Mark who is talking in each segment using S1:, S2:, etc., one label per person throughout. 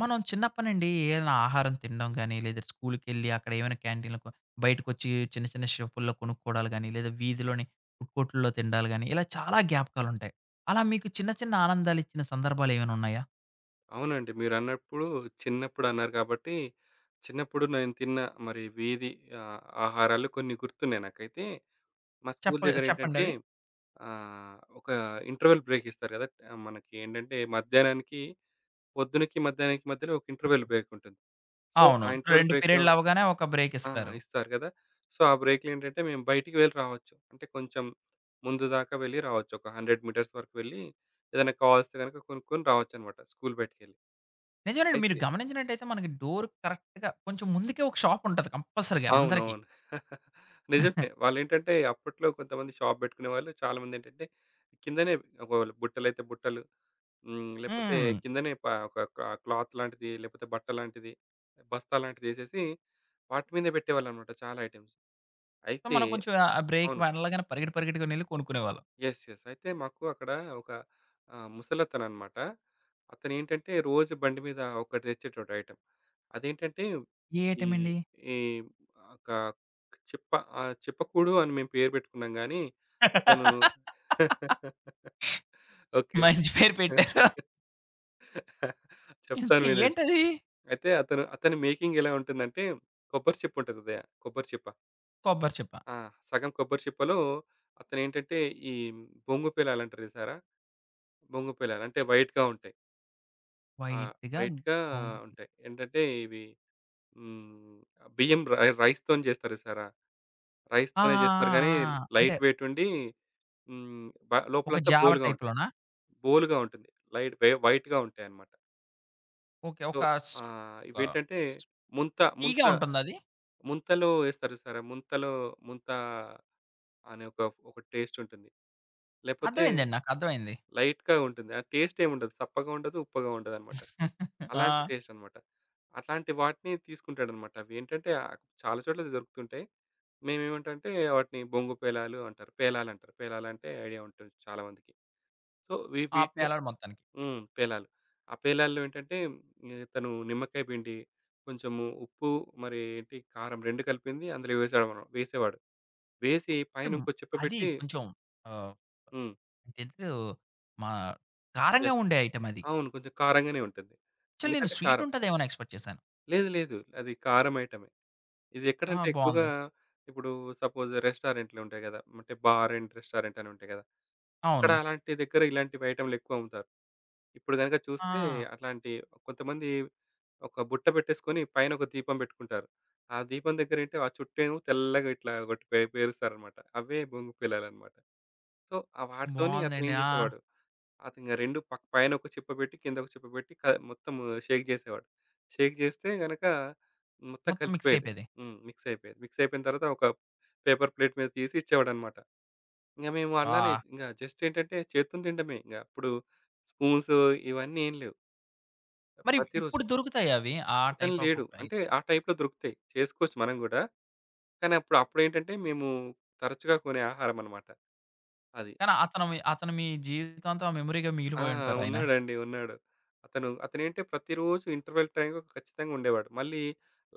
S1: మనం చిన్నప్పటినుండి ఏదైనా ఆహారం తినడం గాని, లేదా స్కూలుకెళ్ళి అక్కడ ఏమైనా క్యాంటీన్‌లకు బయటకొచ్చి చిన్న చిన్న షాపుల్లో కొనుక్కోవడాలు గాని, లేదా వీధిలోని ఫుడ్ కోర్ట్‌ల్లో తినడాలు గాని, ఇలా చాలా జ్ఞాపకాలుంటాయి. అలా మీకు చిన్న చిన్న ఆనందాలిచ్చిన సందర్భాలేమైనా ఉన్నాయా?
S2: అవునండి. మీరన్నప్పుడు చిన్నప్పుడన్నారు కాబట్టి, చిన్నప్పుడు నేను తిన్న మరి వీధి ఆహారాలు కొన్ని గుర్తున్నాయి నాకైతే. మా స్కూల్
S1: చెప్ప
S2: దగ్గరేంటంటే
S1: చెప్పండవి?
S2: ఒక ఇంటర్వెల్ బ్రేక్ ఇస్తారు కదా! ఆ, మనకి ఏంటంటే మధ్యాహ్నానికి పొద్దునకి, మధ్యాహ్నానికి మధ్యలో ఒక ఇంటర్వెల్ బ్రేక్ ఉంటుంది. సో,
S1: అవును.
S2: ఆ ఇంటర్వెల్
S1: 2
S2: బ్రేక్‌లో
S1: పీరియడ్‌లవ్వగానే ఒక
S2: ఆ!
S1: బ్రేకిస్తారు.
S2: ఇస్తారు కదా! సో, ఆ బ్రేక్‌లో ఏంటంటే మేము బయటికి వెళ్లి రావచ్చు. అంటే కొంచెం ముందు దాకా వెళ్లి రావచ్చు. ఒక 100 మీటర్స్ వరకు వెళ్లి ఏదైనా కావాల్స్తే గనుక కొనుక్కొని రావచ్చనమాట స్కూల్ బయటికెళ్లి.
S1: నిజమేనండి. మీరు
S2: అయితే
S1: గమనించినట్టయితే మనకి డోర్ కరెక్ట్‌గా కొంచెం ముందుకే ఒక షాపుంటది కంపల్సరీగా అందరికి.
S2: అవునవును. నిజమే. వాళ్ళేంటంటే అప్పట్లో కొంతమంది షాప్ బెట్టుకునేవాళ్ళు. చాలామందేంటంటే కిందనే ఒకవేళ బుట్టలైతే బుట్టలు, హ్మ్. లేపోతే
S1: హ్మ్.
S2: కిందనే ఒక క్లాత్ లాంటిది, లేపోతే బట్ట లాంటిది, బస్తా లాంటిదేసేసి వాటి మీద బెట్టేవాళ్ళనమాట చాలా ఐటెమ్స్.
S1: సో,
S2: అయితే
S1: మనం కొంచెం ఆ బ్రేక్
S2: అవును.
S1: వెళ్ళగానే పరిగెట్టి పరిగెట్టుకునెళ్లి కొనుక్కునేవాళ్ళం.
S2: యెస్. యెస్. అయితే మాకు అక్కడ ఒక ముసలతననమాట. అతనేంటంటే రోజు బండి మీద ఒకటి తెచ్చేటోడు ఐటెమ్. అదేంటంటే
S1: ఏ
S2: ఈ
S1: ఐటెమండి?
S2: ఈ ఒక చిప్ప చిప్పకూడు అని మేము పేరు పెట్టుకున్నాం గానీ, అతను ఓకే.
S1: మంచి పేరు పెట్టారు.
S2: చెప్తాను
S1: ఇంతకీ
S2: వినండి.
S1: ఏంటది?
S2: అయితే అతను అతని మేకింగ్ ఎలా ఉంటుందంటే కొబ్బరి చిప్ప ఉంటది ఉదయ కొబ్బరి చిప్ప.
S1: కొబ్బరి చిప్ప.
S2: ఆ! సగం కొబ్బరి చిప్పలో అతనేంటంటే ఈ బొంగు పేలాలంటారు చూసారా? బొంగు పేలాలు అంటే వైట్‌గా ఉంటాయి. ఆ!
S1: వైట్‌గా
S2: వైట్‌గా
S1: బొంగు
S2: ఉంటాయి. ఏంటంటే ఇవి హ్మ్. బియ్యం రైస్‌తోని చేస్తారు చూసారా?
S1: ఆ! ఆ!
S2: రైస్‌తోనే చేస్తారు గానీ
S1: ఆ! ఆ! అంటే
S2: లైట్ వెయిట్ ఉండి హ్మ్.
S1: ఒక
S2: లోపలంతా
S1: జావ
S2: బోలుగా ఉంటుంది.
S1: టైప్‌లోనా?
S2: బోలుగా ఉంటుంది. లైట్ వే వైట్‌గా ఉంటాయన్నమాట.
S1: ఓకే.
S2: సో,
S1: ఒక స్ ఒక
S2: ఇవేంటంటే
S1: స్
S2: ముంత,
S1: టీగా ఉంటుందది?
S2: ముంతలో ఏస్తారు చూసారా? ముంతలో ముంత అనే ఒక, ఒక టేస్ట్ ఉంటుంది. లేపోతే
S1: అర్థమైందండి. నాకర్థమైంది.
S2: లైట్‌గా ఉంటుంది. ఆ టేస్ట్ ఏముండదు. సప్పగా ఉండదు, ఉప్పగా ఉండదనమాట.
S1: ఆ!
S2: అలాంటి టేస్ట్ అనమాట. అట్లాంటి వాటిని తీసుకుంటాడనమాట. అవేంటంటే చాలా చోట్ల దొరుకుతుంటాయి. మేమేమంటంటే వాటిని బొంగు పేలాలు అంటారు. పేలాలంటారు. పేలాలంటే ఐడియా ఉంటుంది చాలా మందికి. సో,
S1: ఆ!
S2: వీటిని
S1: పేలాడు మొత్తానికి.
S2: హ్మ్. పేలాలు. ఆ పేలాల్లో ఏంటంటే ఇతను నిమ్మకాయ పిండి, కొంచెము ఉప్పు, మరి ఏంటి కారం 2 కలిపింది అందులో వేసాడనమాట వేసేవాడు. వేసి పైన
S1: హ్మ్.
S2: ఇంకో చిప్ప
S1: అది
S2: పెట్టి
S1: కొంచెం ఆహ్,
S2: హ్మ్.
S1: ఏంటిదో మా కారంగా
S2: యెస్.
S1: ఉండే ఐటెమ్ అది.
S2: అవును. కొంచెం కారంగానే ఉంటుంది.
S1: యాక్చువల్లీ నేను
S2: ఎందుకంటే
S1: స్వీట్
S2: కారం.
S1: ఉంటదేమో అని ఎక్స్‌పెక్ట్ చేశాను.
S2: లేదు. లేదు. అది కారం ఐటమే. ఇది
S1: ఆ!
S2: ఎక్కడంటే ఎక్కువగా
S1: బావుంది.
S2: ఇప్పుడు సపోజ్ రెస్టారెంట్‌లు ఉంటాయి గదా! అంటే బార్ అండ్ రెస్టారెంట్ అని ఉంటాయి గదా! అక్కడ
S1: అవును.
S2: అలాంటి దగ్గర ఇలాంటివి ఐటెమ్‌లు ఎక్కువ అమ్ముతారు. ఇప్పుడు గనుక చూస్తే
S1: ఆ!
S2: అట్లాంటి కొంతమంది ఒక బుట్ట పెట్టేసుకొని పైన ఒక దీపం పెట్టుకుంటారు. ఆ దీపం దగ్గరేంటి ఆ చుట్టేమో తెల్లగా ఇట్లా ఒకటి పేరుస్తారనమాట. అవే బొంగు పిల్లలనమాట. సో, ఆ వాటితోని అతను ఏం
S1: బావుందండి. ఆ!
S2: చేసేవాడు అతనింగ 2 పైన ఒక చిప్ప పెట్టి, కింద ఒక చిప్ప పెట్టి మొత్తం షేక్ జేసేవాడు. షేక్ జేస్తే గనక మొత్తం
S1: మొత్తం మిక్స్
S2: కలిసిపోయేది.
S1: అయిపోయేది.
S2: హ్మ్. మిక్స్ అయిపోయేది. మిక్స్ అయిపోయిన తర్వాత ఒక పేపర్ ప్లేట్ మీద తీసి ఇచ్చేవాడనమాట. ఇంగ మేము అలానే
S1: ఆ!
S2: ఇంగ జస్ట్ ఏంటంటే చేత్తోని తినడమే. ఇంగ అప్పుడు స్పూన్స్ ఇవన్నీ ఏం లేవు.
S1: మరి
S2: ప్రతిరోజు
S1: ఇప్పుడు దొరుకుతాయి అవి. ఆ
S2: అతను
S1: టైప్ ఆఫ్
S2: లేడు.
S1: అయి
S2: అంటే ఆ టైప్‌లో దొరుకుతాయి. చేసుకోవచ్చు మనం గూడా. కానీ అప్పుడేంటంటే మేము తరచుగా కొనే ఆహారమనమాట. అది.
S1: కానీ అతను అతను మీ జీవితాంతం ఆ మెమరీగా
S2: ఆ!
S1: మిగిలిపోయి ఉంటారు ఆయన.
S2: ఉన్నాడండి. ఉన్నాడు. అతను అతనేంటే ప్రతిరోజు ఇంటర్వెల్ టైంలో ఖచ్చితంగా ఉండేవాడు. మళ్ళీ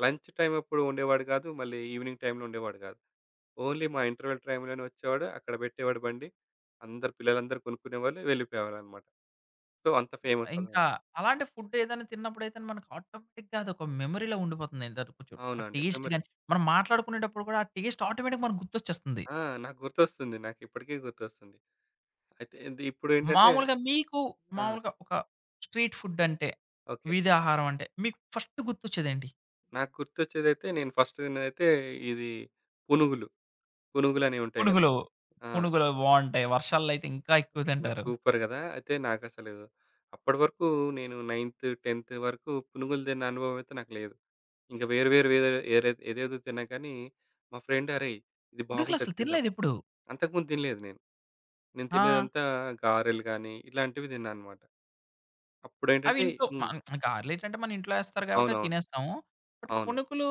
S2: లంచ్ టైమ్ అప్పుడు ఉండేవాడు కాదు. మళ్ళీ ఈవినింగ్ టైంలో ఉండేవాడు కాదు. ఓన్లీ మా ఇంటర్వెల్ టైంలోనే వచ్చేవాడు. అక్కడ పెట్టేవాడు బండి. అందరు పిల్లలందరూ కొనుక్కునేవాళ్ళు. వెళ్ళిపోయేవాళ్ళనమాట. సో, అంత ఫేమస్ అతను.
S1: ఇంకా అలాంటి ఫుడ్ ఏదైనా తిన్నప్పుడైతే మనకు ఆటోమేటిక్‌గా అదొక మెమరీ‌లా ఉండిపోతుంది. ఏంటది కొంచెం ఆ
S2: అవునండి.
S1: Taste
S2: memory.
S1: గాని, మనం మాట్లాడుకునేటప్పుడు కూడా ఆ టేస్ట్ ఆటోమేటిక్‌గా మనకు గుర్తొచ్చేస్తుంది.
S2: ఆ! నాకు గుర్తొస్తుంది. నాకిప్పటికీ గుర్తొస్తుంది. అయితే ఇది ఇప్పుడేంటంటే
S1: మామూలుగా మీకు
S2: ఆ!
S1: మామూలుగా ఒక స్ట్రీట్ ఫుడ్ అంటే,
S2: ఓకే.
S1: వీధి ఆహారం అంటే మీకు ఫస్ట్ గుర్తొచ్చేదేంటి?
S2: నాకు గుర్తొచ్చేదైతే నేను ఫస్ట్ తిన్నదైతే ఇది పునుగులు. పునుగులనేవి ఉంటాయి కదా!
S1: పునుగులు.
S2: ఆ!
S1: పునుగులు బావుంటాయి. వర్షాల్లో అయితే ఇంకా ఎక్కువ
S2: ఆ!
S1: తింటారు.
S2: సూపర్ గదా! అయితే నాకసలు అప్పటి వరకు నేను నైన్త్, 10థ్ వరకు పునుగులు తిన్న అనుభవం అయితే నాకు లేదు. ఇంక వేరు వేరు వేరే ఏదేదో తిన్నా కానీ మా ఫ్రెండ్ "అరేయ్! ఇది
S1: పునుగులు
S2: బాగుంటది
S1: అసలు
S2: తిందాం."
S1: తినలేదెప్పుడు.
S2: అంతకుముందు తినలేదు నేను. నేను
S1: ఆ!
S2: తినేదంతా గారెలు గానీ ఇలాంటివి తిన్నానన్నమాట.
S1: అవి
S2: అప్పుడేంటంటే
S1: ఇంట్లో
S2: హ్మ్.
S1: గార్లేటంటే మన ఇంట్లో ఏస్తారు కాబట్టి అవి
S2: అవునవును.
S1: తినేస్తాము. బట్
S2: అవును.
S1: పునుకులు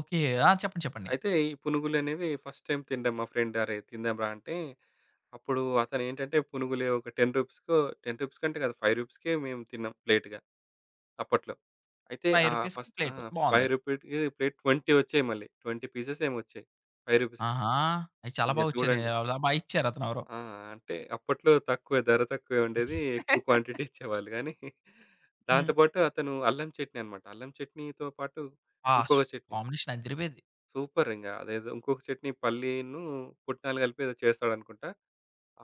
S1: ఓకే. ఆ! చెప్పండి. చెప్పండి.
S2: అయితే ఈ పునుగులనేవి ఫస్ట్ టైమ్ తినడం మా ఫ్రెండ్ "అరేయ్! తిందాంరా" అంటే అప్పుడు అతనేంటంటే పునుగులే ఒక రూ. 10కో రూ. 10 కంటే కాదు రూ. 5కే మేము తిన్నాం ప్లేట్‌గా అప్పట్లో. అయితే
S1: రూ. 5కి
S2: ఫస్ట్ ఆ!
S1: ప్లేటు. బావుంది.
S2: రూ. 5కి ప్లేట్ 20 వచ్చాయి మళ్ళీ. 20 పీసెస్ ఏమో వచ్చాయి. రూ. 5కి.
S1: ఆహా! అయి చాలా
S2: ఇక
S1: బా వచ్చారే
S2: చూడండి.
S1: అలా బా ఇచ్చారు అతనెవరో.
S2: ఆ! అంటే అప్పట్లో ధర తక్కువే ఉండేది. ఎక్కువ క్వాంటిటీ ఇచ్చేవాళ్ళు గానీ, దాంతో
S1: హ్మ్.
S2: పాటు అతను అల్లం చట్నీ అన్నమాట. అల్లం చట్నీతో పాటు
S1: ఆ!
S2: ఇంకొక చట్నీ.
S1: కాంబినేషన్ అదిరిపోయేది.
S2: సూపర్ ఇంగ. అదేదో ఇంకొక చట్నీ పల్లీను, పుట్నాలు కలిపి ఏదో చేస్తాడనుకుంటా.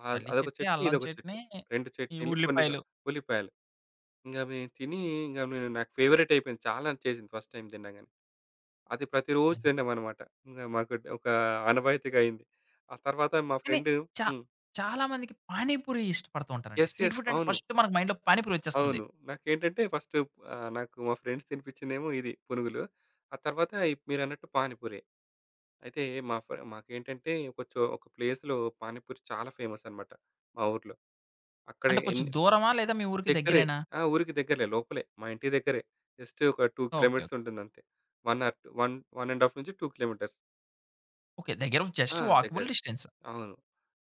S1: పల్లి
S2: అదొక
S1: చట్నీ,
S2: చట్నీ,
S1: అల్లం
S2: ఇదొక
S1: చట్నీ,
S2: చట్నీ. 2
S1: ఈ
S2: చట్నీలు కొన్నిగా
S1: ఉల్లిపాయలు.
S2: ఉల్లిపాయలు. ఇంగ మేము తిని ఇంగ నాకు ఫేవరైట్ అయిపోయింది. చాలా చేసింది ఫస్ట్ టైమ్ తినగానే. అది ప్రతిరోజు తిన్నామనమాట. ఇంగ మాకు ఒక ఆనవాయితీగా అయింది. ఆ తర్వాత మా
S1: కానీ
S2: ఫ్రెండ్
S1: చా
S2: హ్మ్.
S1: చాలా మందికి పానీ పూరి ఇష్టపడుతూ ఉంటారండి.
S2: యెస్.
S1: Street
S2: yes.
S1: ఫుడ్ అంటే
S2: అవును.
S1: ఫస్ట్ మనకు మైండ్‌లో పానీ పూరి వచ్చేస్తుంది.
S2: అవును. నాకేంటంటే ఫస్ట్ నాకు మా ఫ్రెండ్స్ తినిపించిందేమో ఇది పునుగులు. ఆ తర్వాత మీరన్నట్టు పానీపూరే. అయితే మా ఫ మాకేంటంటే ఒక ప్లేస్‌లో పానీపూరి చాలా ఫేమస్ అనమాట మా ఊర్లో. అక్కడ
S1: అంటే కొంచెం
S2: ఎన్ని
S1: దూరమా? లేదా మీ ఊరికి
S2: దగ్గరే
S1: దగ్గరేనా?
S2: ఆ! ఊరికి దగ్గరలే లోపలే. మా ఇంటి దగ్గరే. జస్ట్ ఒక 2
S1: ఓకే. ఓకే.
S2: కిలోమీటర్స్ ఉంటుందంతే. 1 ఆర్ 1, 1 ½ నుంచి 2 కిలోమీటర్స్.
S1: ఓకే. దగ్గర
S2: ఆ!
S1: జస్ట్
S2: దగ్గర.
S1: Walkable distance.
S2: అవును.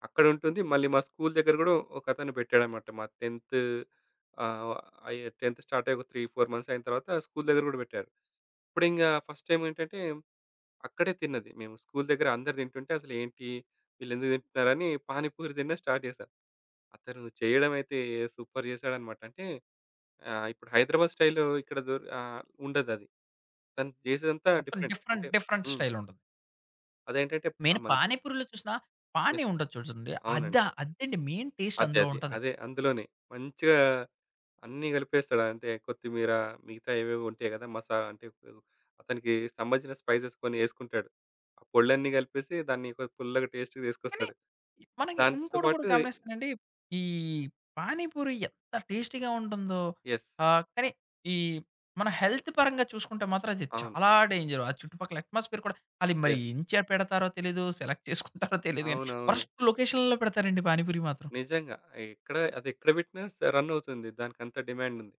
S2: అక్కడుంటుంది. మళ్ళీ మా స్కూల్ దగ్గర గూడా ఒకతను పెట్టాడనమాట. మా 10థ్ ఆహ్, 10థ్ స్టార్ట్ అయ్యి ఒక 3, 4 మంత్స్ అయిన తర్వాత స్కూల్ దగ్గర గూడా పెట్టారు. ఇప్పుడింగా ఫస్ట్ టైమ్ ఏంటంటే, అక్కడే తిన్నది. మేము స్కూల్ దగ్గర అందరూ తింటుంటే అసలేంటి వీళ్ళెందుకు తింటున్నారని పానీపూరి తినడం స్టార్ట్ చేశాం. అతను చేయడం అయితే సూపర్ చేశాడనమాట. అంటే ఇప్పుడు హైదరాబాద్ స్టైల్‌లో ఇక్కడ ఉండదది. తను చేసేదంతా
S1: మొత్తం
S2: డిఫరెంట్.
S1: డిఫరెంట్,
S2: అంటే
S1: డిఫరెంట్
S2: హ్మ్.
S1: స్టైల్ ఉంటది.
S2: అదేంటంటే
S1: మెయిన్
S2: మనకి
S1: పానీపూరిలో చూసినా పానీ
S2: యెస్.
S1: ఉంటది చూడండి.
S2: అవునండి.
S1: అద్దా అద్దండి మెయిన్ టేస్ట్
S2: అదే.
S1: అందులో
S2: అదే.
S1: ఉంటది.
S2: అదే. అందులోనే. మంచిగా అన్నీ కలిపేస్తాడు. అంటే కొత్తిమీర మిగతా ఏవేవో ఉంటాయి కదా! మసా అంటే అతనికి సంబంధించిన స్పైసెస్ కొన్ని ఏసుకుంటాడు. ఆ పొళ్ళన్నీ కలిపేసి దాన్ని పుల్లగా టేస్ట్‌గా
S1: కానీ
S2: తీసుకొస్తాడు.
S1: మనకి
S2: దాంతో
S1: ఇంకోటి కూడా
S2: పాటు
S1: గమనిస్తానండి. ఈ పానీపూరి ఎంత టేస్టీగా ఉంటుందో
S2: యెస్.
S1: ఆహ్, కానీ ఈ మన హెల్త్ పరంగా చూసుకుంటే మాత్రం అది
S2: అవును.
S1: చాలా డేంజర్. ఆ చుట్టుపక్కల అట్మాస్ఫియర్ కూడా ఆళ్ళు మరి
S2: యెస్.
S1: ఎంచ పెడతారో తెలీదు. సెలెక్ట్ చేసుకుంటారో తెలీదు గానీ
S2: అవునవును.
S1: వరస్ట్ లొకేషన్‌లో పెడతారండి పానీపూరి మాత్రం.
S2: నిజంగా. అదెక్కడ పెట్టినా రన్ అవుతుంది. దానికంత డిమాండ్ ఉంది.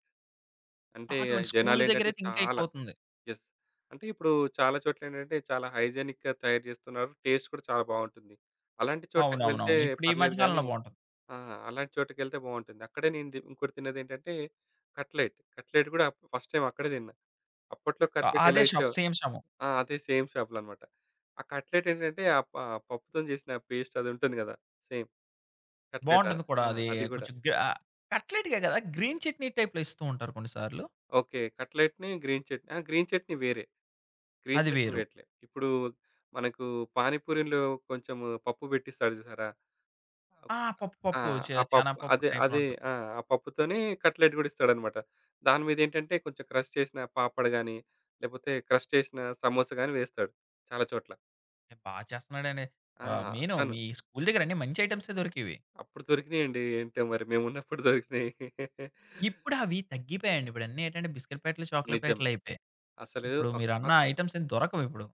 S2: అంటే
S1: అటువంటి స్కూల్
S2: జనాలేంటంటే
S1: దగ్గరైతే ఇంకా
S2: చాలా
S1: ఎక్కువవుతుంది.
S2: యెస్. అంటే ఇప్పుడు చాలా చోట్లేంటంటే చాలా హైజీనిక్‌గా తయారు జేస్తున్నారు. టేస్ట్ కూడా చాలా బావుంటుంది. అలాంటి చోట్లకి వెళ్తే
S1: అవునవునవును. ఇప్పుడు ఈ
S2: పర్లేదు
S1: మధ్య
S2: గానీ
S1: కాలంలో బావుంటుంది.
S2: ఆ! అలాంటి చోటుకెళ్తే బావుంటుంది. అక్కడే నేను ఇంకోటి తిన్నదేంటంటే కట్లెట్. కట్లెట్ గూడా ఫస్ట్ టైమ్ అక్కడే తిన్నా. అప్పట్లో కట్లెట్ ఎలా
S1: అదే షాప్
S2: ఇచ్చేవో
S1: సేమ్ షాపు.
S2: ఆ! అదే సేమ్ షాప్‌లో అన్నమాట. ఆ కట్లెట్ ఏంటంటే ఆ ప పప్పుతోని చేసిన పేస్ట్ అది ఉంటుంది గదా! సేమ్ కట్లెటా?
S1: బావుంటుంది కూడా.
S2: ఆ!
S1: అది
S2: అది గూడా.
S1: కొంచెం గ్ర ఆహ్, కట్లెట్‌గే కదా! గ్రీన్ చట్నీ టైప్‌లో ఇస్తూ ఉంటారు కొన్ని సార్లు.
S2: ఓకే. కట్లెట్‌ని గ్రీన్ చట్నీ. ఆ! గ్రీన్ చట్నీ వేరే. గ్రీన్
S1: అది
S2: చట్నీ
S1: వేరు.
S2: పెట్టలే. ఇప్పుడు మనకు పానీపూరిలో కొంచెం పప్పు పెట్టిస్తాడు చూసారా?
S1: ఆ! పప్పు
S2: ఆ!
S1: పప్పు చే
S2: ఆ పప్పు
S1: శనగపప్పు
S2: అదే
S1: టైప్‌లో
S2: అదే
S1: ఉంటది.
S2: ఆ! ఆ పప్పుతోనే కట్లెట్ గూడా ఇస్తాడనమాట. దాని మీదేంటంటే కొంచెం క్రష్ చేసిన పాపడ్ గాని, లేపోతే క్రష్ చేసిన సమోసా గాని వేస్తాడు చాలా చోట్ల.
S1: ఏ బా చేస్తున్నాడండి.
S2: ఆ!
S1: ఆహ్, మెయిను
S2: తను
S1: మీ స్కూల్ దగ్గర అన్ని మంచి ఐటెమ్సే దొరికేవి.
S2: అప్పుడు దొరికినాయండి. ఏంటో మరి మేమున్నప్పుడు దొరికినాయి.
S1: ఇప్పుడు అవి తగ్గిపోయాయండి. ఇప్పుడన్నీ ఏంటంటే బిస్కిట్ ప్యాకెట్లు, చాక్లేట్
S2: నిజమే.
S1: ప్యాకెట్లయిపోయాయి.
S2: అసలు
S1: ఇప్పుడు
S2: ఒక
S1: మీరన్న ఐటెమ్స్ ఏం దొరకవిప్పుడు.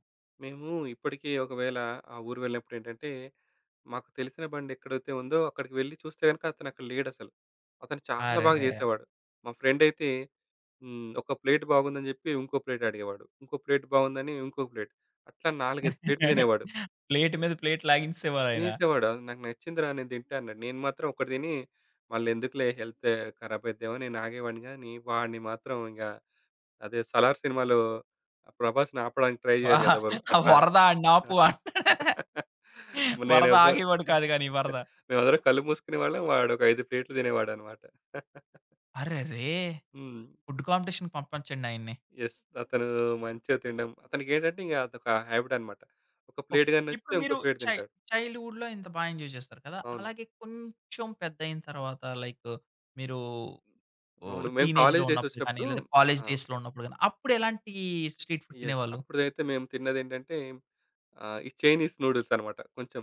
S2: మేము ఇప్పటికీ ఒకవేళ ఆ ఊరు వెళ్ళినప్పుడేంటంటే, మాకు తెలిసిన బండెక్కడైతే ఉందో అక్కడికి వెళ్లి చూస్తే గనుక అతనక్కడ లేడసలు. అతను చాలా బాగా
S1: అరెరే!
S2: జేసేవాడు. మా ఫ్రెండయితే హ్మ్. ఒక ప్లేట్ బాగుందని జెప్పి ఇంకో ప్లేట్ అడిగేవాడు. ఇంకో ప్లేట్ బాగుందని ఇంకో ప్లేట్. అట్లా 4, 5 ప్లేట్లు తినేవాడు.
S1: ప్లేట్ మీద ప్లేట్ లాగించేసేవారాయన.
S2: తినేసేవాడు. "నాకు నచ్చిందిరా నేను తింటా" అన్నాడు. నేను మాత్రం ఒకటి తిని మళ్ళెందుకులే హెల్త్ ఖరాబ్ అయిద్దేమో నేను ఆగేవాడిని గానీ, వాడిని మాత్రం ఇంగ అదే 'సలార్' సినిమాలో 'ప్రభాస్‌ని' ఆపడానికి ట్రై జేయరు గదా! ఎవరు. అట్లా
S1: "వరద ఆడినాపు" అంటాడు. వరద
S2: నేనెవ్వ
S1: ఆగేవాడు కాదు గానీ వరద.
S2: మేమందరం కళ్ళు మూసుకునేవాళ్ళం. వాడొక 5 ప్లేట్లు తినేవాడనమాట.
S1: అరెరే!
S2: హ్మ్.
S1: ఫుడ్ కాంపిటీషన్‌కి పంపించండి ఆయన్ని.
S2: యెస్. అతను మంచిగా తినడం అతనికేంటంటే ఇంక అదొక హ్యాబిట్ అనమాట. ఒక
S1: ఓకే.
S2: ప్లేట్ గాని నచ్చితే
S1: ఇప్పుడు మీరు
S2: ఇంకో ప్లేట్
S1: చై
S2: తింటాడు.
S1: చైల్డ్‌హుడ్‌లో ఇంత బా ఎంజాయ్ చేస్తారు కదా!
S2: అవును.
S1: అలాగే కొంచెం పెద్దయిన తర్వాత లైక్ మీరు ఓహ్,
S2: అవును. మేము
S1: టీనేజ్‌లో
S2: కాలేజీ డేస్
S1: ఉన్నప్పుడు గాని,
S2: వచ్చినప్పుడు
S1: లేదా కాలేజ్
S2: ఆ!
S1: డేస్‌లో ఉన్నప్పుడు గాని, అప్పుడు ఎలాంటి స్ట్రీట్ ఫుడ్
S2: యెస్.
S1: తినేవాళ్ళు?
S2: అప్పుడైతే మేము తిన్నదేంటంటే ఈ చైనీస్ నూడిల్స్ అనమాట. కొంచెం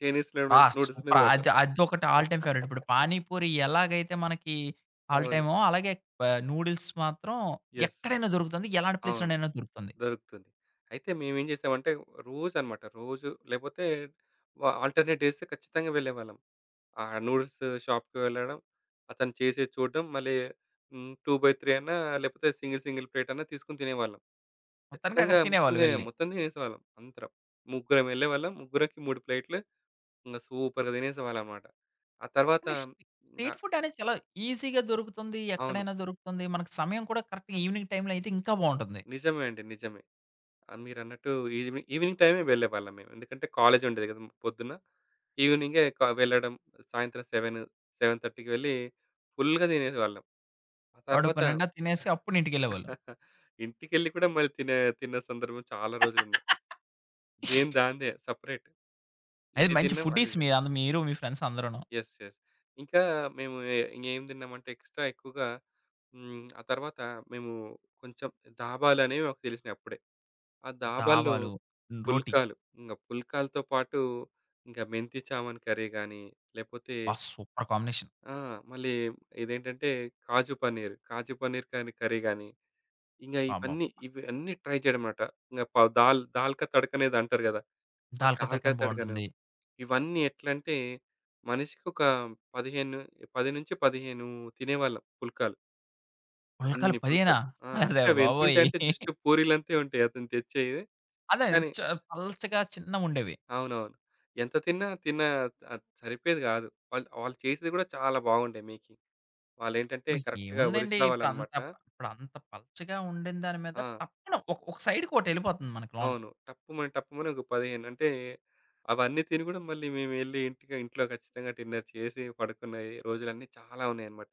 S2: చైనీస్
S1: బా
S2: నూడిల్ నూడిల్స్ మీద
S1: సూపర్!
S2: పడ్డాం.
S1: అది అదొకటి ఆల్ టైమ్ ఫేవరైట్. ఇప్పుడు పానీపూరి ఎలాగైతే మనకి ఆల్
S2: అవును.
S1: టైమో, అలాగే ఆహ్, నూడిల్స్ మాత్రం
S2: యెస్.
S1: ఎక్కడైనా దొరుకుతుంది. ఎలాంటి
S2: అవును.
S1: ప్లేస్‌లోనైనా దొరుకుతుంది.
S2: దొరుకుతుంది. అయితే మేమేం చేసామంటే రోజనమాట. రోజు లేపోతే ఆల్టర్‌నేట్ డేస్ ఖచ్చితంగా వెళ్ళేవాళ్ళం. ఆ నూడిల్స్ షాప్‌కి వెళ్ళడం, అతను చేసేది చూడడం, మళ్ళీ హ్మ్. 2/3 అన్నా లేపోతే సింగిల్ సింగిల్ ప్లేట్ అన్నా తీసుకొని తినేవాళ్ళం.
S1: మొత్తానికి అక్కడ
S2: ఖచ్చితంగా
S1: తినేవాళ్ళు వెళ్ళి.
S2: మొత్తం తినేసేవాళ్ళం అందరం. ముగ్గురం వెళ్ళేవాళ్ళం. ముగ్గురికి 3 ప్లేట్‌లు ఇంగ సూపర్‌గా తినేసేవాళ్ళనమాట. ఆ తర్వాత
S1: కానీ స్ట్రీట్
S2: ఆహ్,
S1: ఫుడ్ అనేది చాలా ఈజీగా దొరుకుతుంది.
S2: అవును.
S1: ఎక్కడైనా దొరుకుతుంది. మనకు సమయం కూడా కరెక్ట్‌గా ఈవినింగ్ టైమ్‌లో అయితే ఇంకా బావుంటుంది.
S2: నిజమే అండి. నిజమే. ఆ! మీరన్నట్టు ఈవినింగ్ టైమే వెళ్ళేవాళ్ళం మేము. ఎందుకంటే కాలేజ్ ఉండేది కదా! పొద్దున. ఈవినింగే వెళ్ళడం సాయంత్రం 7, 7:30కి వెళ్ళి ఫుల్‌గా తినేవాళ్ళం. ఆ
S1: కడుపు
S2: తర్వాత
S1: నిండా తినేసి అప్పుడు ఇంటికెళ్ళేవాళ్ళం.
S2: ఇంటికెళ్ళి కూడా మళ్ళీ తిన్న సందర్భం చాలా రోజులున్నాయి. దేని దాందే సెపరేట్.
S1: అది
S2: ఇది
S1: మంచి
S2: తిన్నాం, అది
S1: ఫుడ్డీస్ మీ
S2: తిన్నాం.
S1: అంద మీరు మీ ఫ్రెండ్స్ అందరూను.
S2: యెస్. యెస్. ఇంకా మేము ఇంగేం తిన్నామంటే ఎక్స్‌ట్రా ఎక్కువగా హ్మ్. ఆ తర్వాత మేము కొంచెం దాబాలనేవి మాకు తెలిసినాయి అప్పుడే. ఆ దాబాల్లో
S1: దాబాలు, రోటీ
S2: పుల్కాలు. ఇంగ పుల్కాలతో పాటు ఇంక మెంతి చామన్ కర్రీ గానీ, లేపోతే
S1: అబ్బా! Super combination.
S2: ఆ! మళ్ళీ ఇదేంటంటే కాజు పన్నీర్, కాజు పన్నీర్ కానీ కర్రీ గానీ, ఇంగ
S1: అబ్బా!
S2: ఇవన్నీ ఇవి అన్నీ ట్రై చేయడమట. ఇంగ దాల్‌కా తడకనేది అంటారు గదా! ఆ
S1: దాల్‌కా
S2: దాల్‌కా
S1: తరకాని
S2: తడకను.
S1: బావుంటుంది.
S2: ఇవన్నీ ఎట్లంటే మనిషికి ఒక 15 10-15 తినేవాళ్ళం పుల్కాలు.
S1: పుల్కాలు
S2: అన్ని
S1: 10
S2: పుల్కాలు. ఆ!
S1: అరే
S2: అంటే
S1: బాబోయ్!
S2: అవెంతుంటాయంటే జస్ట్ పూరీలంతే ఉంటాయి అతను తెచ్చేయి.
S1: అదే
S2: కానీ
S1: చ పల్చగా చిన్నగుండేవి.
S2: అవునవును. ఎంత తిన్నా, సరిపోయేది గాదు. వాళ్ళు వాళ్ళు చేసేది గూడా చాలా బాగుండే మేకింగ్. వాళ్ళేంటంటే కరెక్ట్‌గా
S1: మీకేముందండి
S2: ఒరిస్సా
S1: ఇప్పుడంత
S2: వాళ్ళనమాట.
S1: ఇప్పుడంత పల్చగా ఉండిన దాని మీద
S2: ఆ!
S1: టప్పున ఒక ఒక సైడ్‌కి ఒకటెళ్ళిపోతుంది మనకి లోనకి.
S2: అవును. టప్పుమని, టప్పుమని, ఒక 15 అంటే అవన్నీ తిని గూడా మళ్ళీ మేమెళ్లి ఇంటికి ఇంట్లో ఖచ్చితంగా డిన్నర్ చేసి పడుకున్న రోజులన్నీ చాలా ఉన్నాయన్నమాట.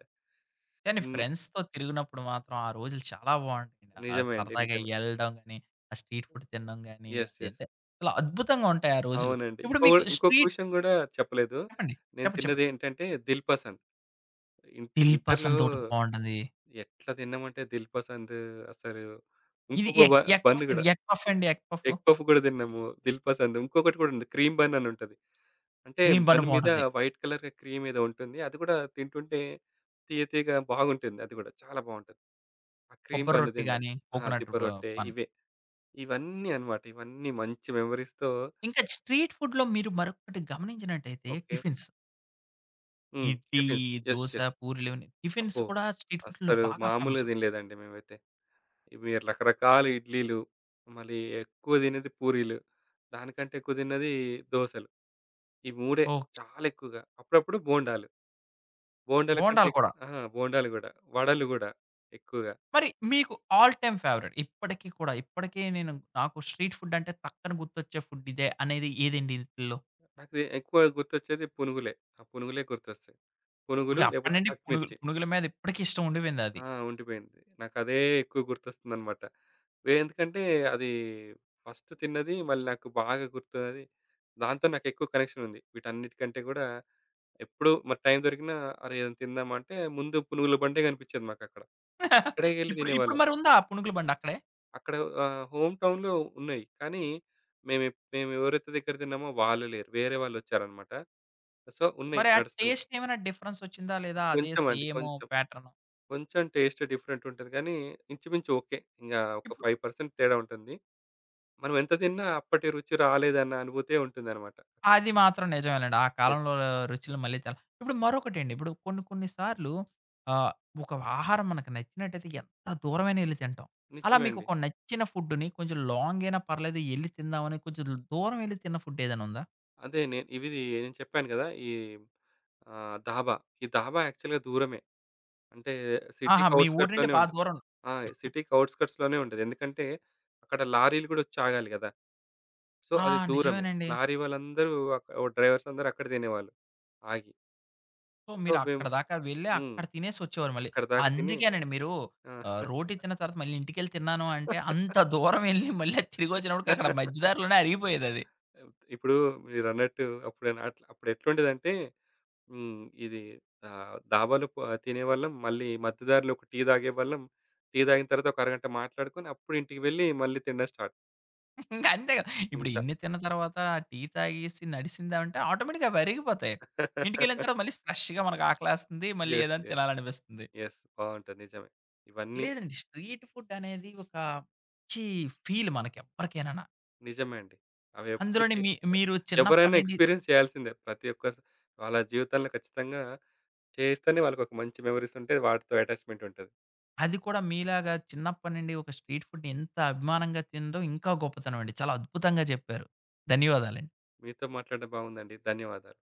S1: కానీ
S2: ఇన్ని
S1: ఫ్రెండ్స్‌తో తిరిగినప్పుడు మాత్రం ఆ రోజులు చాలా బావుంటాయండి. ఆ
S2: నిజమే అండి.
S1: సరదాగా
S2: నిజమే.
S1: యెళ్ళడం గాని, ఆ స్ట్రీట్ ఫుడ్ తినడం గాని,
S2: యెస్. యెస్.
S1: అదంతే చాలా అద్భుతంగా ఉంటాయి ఆ రోజులు.
S2: అవునండి.
S1: ఇప్పుడు మీకు
S2: ఇంకొక
S1: స్ట్రీట్
S2: విషయం గూడా చెప్పలేదు.
S1: చెప్పండి.
S2: నేను
S1: చెప్పండి. చెప్పండి.
S2: తిన్నదేంటంటే దిల్ పసంద్. ఇన్
S1: 'దిల్
S2: ఇంటర్‌లో
S1: పసంద్' ఒకటి బావుంటది.
S2: ఎట్లా తిన్నామంటే 'దిల్ పసంద్' అసలు
S1: ఇది
S2: ఇంకొక బ
S1: ఎగ్ ఎగ్
S2: బన్
S1: పఫ్ అండి.
S2: గూడా,
S1: ఎగ్ పఫ్ అండి. ఎగ్ పఫ్,
S2: ఎగ్ పఫ్ గూడా తిన్నాము. 'దిల్ పసంద్' ఇంకొకటి గూడా ఉంది. క్రీమ్ బన్ అని ఉంటది. అంటే
S1: క్రీమ్ బన్
S2: బన్ మీద
S1: బావుంటది.
S2: వైట్ కలర్ క్రీమ్ ఏదో ఉంటుంది. అది గూడా తింటుంటే తీయగా బాగుంటుంది. అది గూడా చాలా బాగుంటది. ఆ క్రీమ్
S1: కొబ్బరి
S2: బన్
S1: రొట్టె
S2: తినడం.
S1: గాని,
S2: ఆ!
S1: కోకోనట్
S2: దిబ్బ
S1: బ
S2: రొట్టె
S1: బన్.
S2: ఇవే. ఇవన్నీ అన్నమాట. ఇవన్నీ మంచి మెమోరీస్‌తో
S1: ఇంకా స్ట్రీట్ ఫుడ్‌లో మీరు మరొకటి గమనించినట్టయితే
S2: okay.
S1: Tiffins.
S2: Hmm.
S1: Idli,
S2: tiffins. Yes.
S1: Dosa,
S2: yes.
S1: పూరీలు ఇవన్నీ టిఫిన్స్
S2: అబ్బో!
S1: కూడా స్ట్రీట్ ఫుడ్‌లో
S2: అస్సలు
S1: బాగా
S2: మామూలుగా
S1: ఫేమస్. ఉంటాయి.
S2: తినలేదండి మేమైతే. మీరు రకరకాల ఇడ్లీలు, మళ్ళీ ఎక్కువ తినేది పూరీలు, దానికంటే ఎక్కువ తిన్నది దోసలు. ఈ మూడే
S1: ఓకే.
S2: చాలా ఎక్కువగా. అప్పుడప్పుడు బోండాలు. బోండాల కంటే
S1: బోండాలు
S2: ఎక్
S1: కూడా.
S2: ఆ! బోండాలు గూడా, వడలు గూడా ఎక్కువగా.
S1: మరి మీకు ఆల్ టైమ్ ఫేవరెట్ ఇప్పటికి కూడా, ఇప్పటికే నేను నాకు స్ట్రీట్ ఫుడ్ అంటే టక్కన గుర్తొచ్చే ఫుడ్ ఇదే అనేది ఏదండి ఈటిల్లో?
S2: నాకు ఇది ఎక్కువ గుర్తొచ్చేది పునుగులే. ఆ పునుగులే గుర్తొస్తాయి. పునుగులు
S1: ఓకే. అప్పటి
S2: లేకపోతే
S1: నుండి పునుగులు
S2: కట్మిర్చి.
S1: పునుగుల మీద ఇప్పటికి ఇష్టం ఉండిపోయిందది.
S2: ఆ! ఉండిపోయింది. నాకదే ఎక్కువ గుర్తొస్తుందనమాట. ఎందుకంటే అది ఫస్ట్ తిన్నది మళ్ళీ నాకు బాగా గుర్తున్నది. దాంతో నాకెక్కువ కనెక్షన్ ఉంది. వీటన్నిటికంటే గూడా ఎప్పుడు మరి టైం దొరికినా అరే! ఏదైనా తిందామా అంటే ముందు పునుగుల బండే కనిపిచ్చేది మాకక్కడ. అక్కడికెళ్ళి
S1: ఇప్పుడు ఇప్పుడు
S2: తినేవాళ్ళం.
S1: మరి ఉందా ఆ పునుగుల బండి అక్కడే?
S2: అక్కడ హోమ్ టౌన్‌లో ఉన్నాయి. కానీ మేము మేము ఎవరైతే దగ్గర తిన్నామో వాళ్ళు లేరు. వేరే వాళ్ళొచ్చారనమాట. సో, ఉన్నాయి.
S1: మరి ఆ
S2: నడుస్తున్నాయి.
S1: టేస్ట్ ఏమైనా డిఫరెన్స్ వచ్చిందా? లేదా అదే
S2: కొంచెం అండి.
S1: సేమ్
S2: కొంచెం.
S1: ప్యాటర్న్?
S2: కొంచెం టేస్ట్ డిఫరెంట్ ఉంటది కానీ, ఇంచుమించు ఓకే. ఇంగా ఒక
S1: ఇప్పుడు
S2: 5% తేడా ఉంటుంది. మనం ఎంత తిన్నా అప్పటి రుచి రాలేదన్న అనుభూతే ఉంటుందన్నమాట.
S1: అది మాత్రం నిజమేనండి. ఆ
S2: యెస్.
S1: కాలంలో రుచులు మళ్ళీ తెల ఇప్పుడు మరొకటండి. ఇప్పుడు కొన్ని కొన్ని సార్లు ఆహ్, ఒక ఆహారం మనకు నచ్చినట్టయితే ఎంత దూరమైనా ఎళ్లి తింటాం. అలా
S2: నిజమే
S1: మీకు
S2: అండి.
S1: ఒక నచ్చిన ఫుడ్‌ని కొంచెం లాంగ్ అయినా పర్లేదు ఎళ్లి తిందామని కొంచెం దూరం ఎళ్లి తిన్న ఫుడ్ ఏదైనా ఉందా?
S2: అదే నేను నేను చెప్పాను గదా! ఈ దాబా. ఈ దాబా యాక్చువల్‌గా దూరమే. అంటే
S1: ఆహా!
S2: సిటీకి
S1: మీ ఊరు నుండి
S2: ఔట్‌స్కట్స్‌లోనే
S1: బా
S2: ఉంటది.
S1: దూరం.
S2: ఆ! సిటీకి ఔట్‌స్కట్స్‌లోనే ఉంటది. ఎందుకంటే, అక్కడ లారీలు గూడా వచ్చి ఆగాలి గదా! సో,
S1: ఆ!
S2: అది దూరమే.
S1: నిజమేనండి.
S2: లారీ వాళ్ళందరూ అక్ డ్రైవర్స్ అందరూ అక్కడ తినేవాళ్ళు ఆగి.
S1: సో,
S2: సో,
S1: మీరు
S2: మేము
S1: అక్కడ దాకా వెళ్లి
S2: హ్మ్.
S1: అక్కడ తినేసి వచ్చేవారు మళ్ళీ.
S2: అక్కడి దాకా తిని
S1: అందుకేనండి మీరు
S2: ఆ!
S1: ఆహ్, రోటీ తిన్న తర్వాత మళ్ళీ ఇంటికెళ్ళి తిన్నాను అంటే అంత దూరం ఎళ్లి మళ్ళీ తిరిగొచ్చినప్పటికి అక్కడ మధ్య దారిలోనే అరిగిపోయేదది.
S2: ఇప్పుడు మీరన్నట్టు అప్పుడేనా అట్లా అప్పుడెట్లుండేదంటే హ్మ్. ఇది దాబాలో తినేవాళ్ళం. మళ్ళీ మధ్య దారిలో ఒక టీ తాగేవాళ్ళం. టీ తాగిన తర్వాత ఒక అరగంట మాట్లాడుకొని అప్పుడు ఇంటికి వెళ్ళి మళ్ళీ తినడం స్టార్ట్
S1: ఇంకా అంతే కదా! ఇప్పుడు
S2: ఇంత.
S1: ఇన్ని తిన్న తర్వాత టీ తాగేసి నడిసిందామంటే ఆటోమేటిక్‌గా అవి అరిగిపోతాయి. ఇంటికెళ్ళిన తర్వాత మళ్ళీ ఫ్రెష్‌గా మనకు ఆకలేస్తుంది. మళ్ళీ
S2: యెస్.
S1: ఏదైనా
S2: యెస్.
S1: తినాలనిపిస్తుంది.
S2: యెస్. బావుంటది. నిజమే. ఇవన్నీ
S1: లేదండి స్ట్రీట్ ఫుడ్ అనేది ఒక మంచి ఫీల్ మనకి ఎవ్వరికైనాన.
S2: నిజమే అండి.
S1: అందులోని
S2: అవెప్పటికి
S1: మీరు చిన్నప్పటి
S2: ఎవరైనా
S1: నుండి
S2: ఎక్స్‌పీరియన్స్ చేయాల్సిందే. ప్రతి ఒక్క వాళ్ళ జీవితంలో ఖచ్చితంగా చేస్తేనే వాళ్ళకొక మంచి మెమోరీస్ ఉంటాయి. వాటితో అటాచ్‌మెంట్ ఉంటది.
S1: అది కూడా మీలాగా చిన్నప్పటి నుండి ఒక స్ట్రీట్ ఫుడ్‌ని ఎంత అభిమానంగా తినడం ఇంకా గొప్పతనం అండి. చాలా అద్భుతంగా చెప్పారు. ధన్యవాదాలండి.
S2: మీతో మాట్లాడడం బాగుందండి. ధన్యవాదాలు.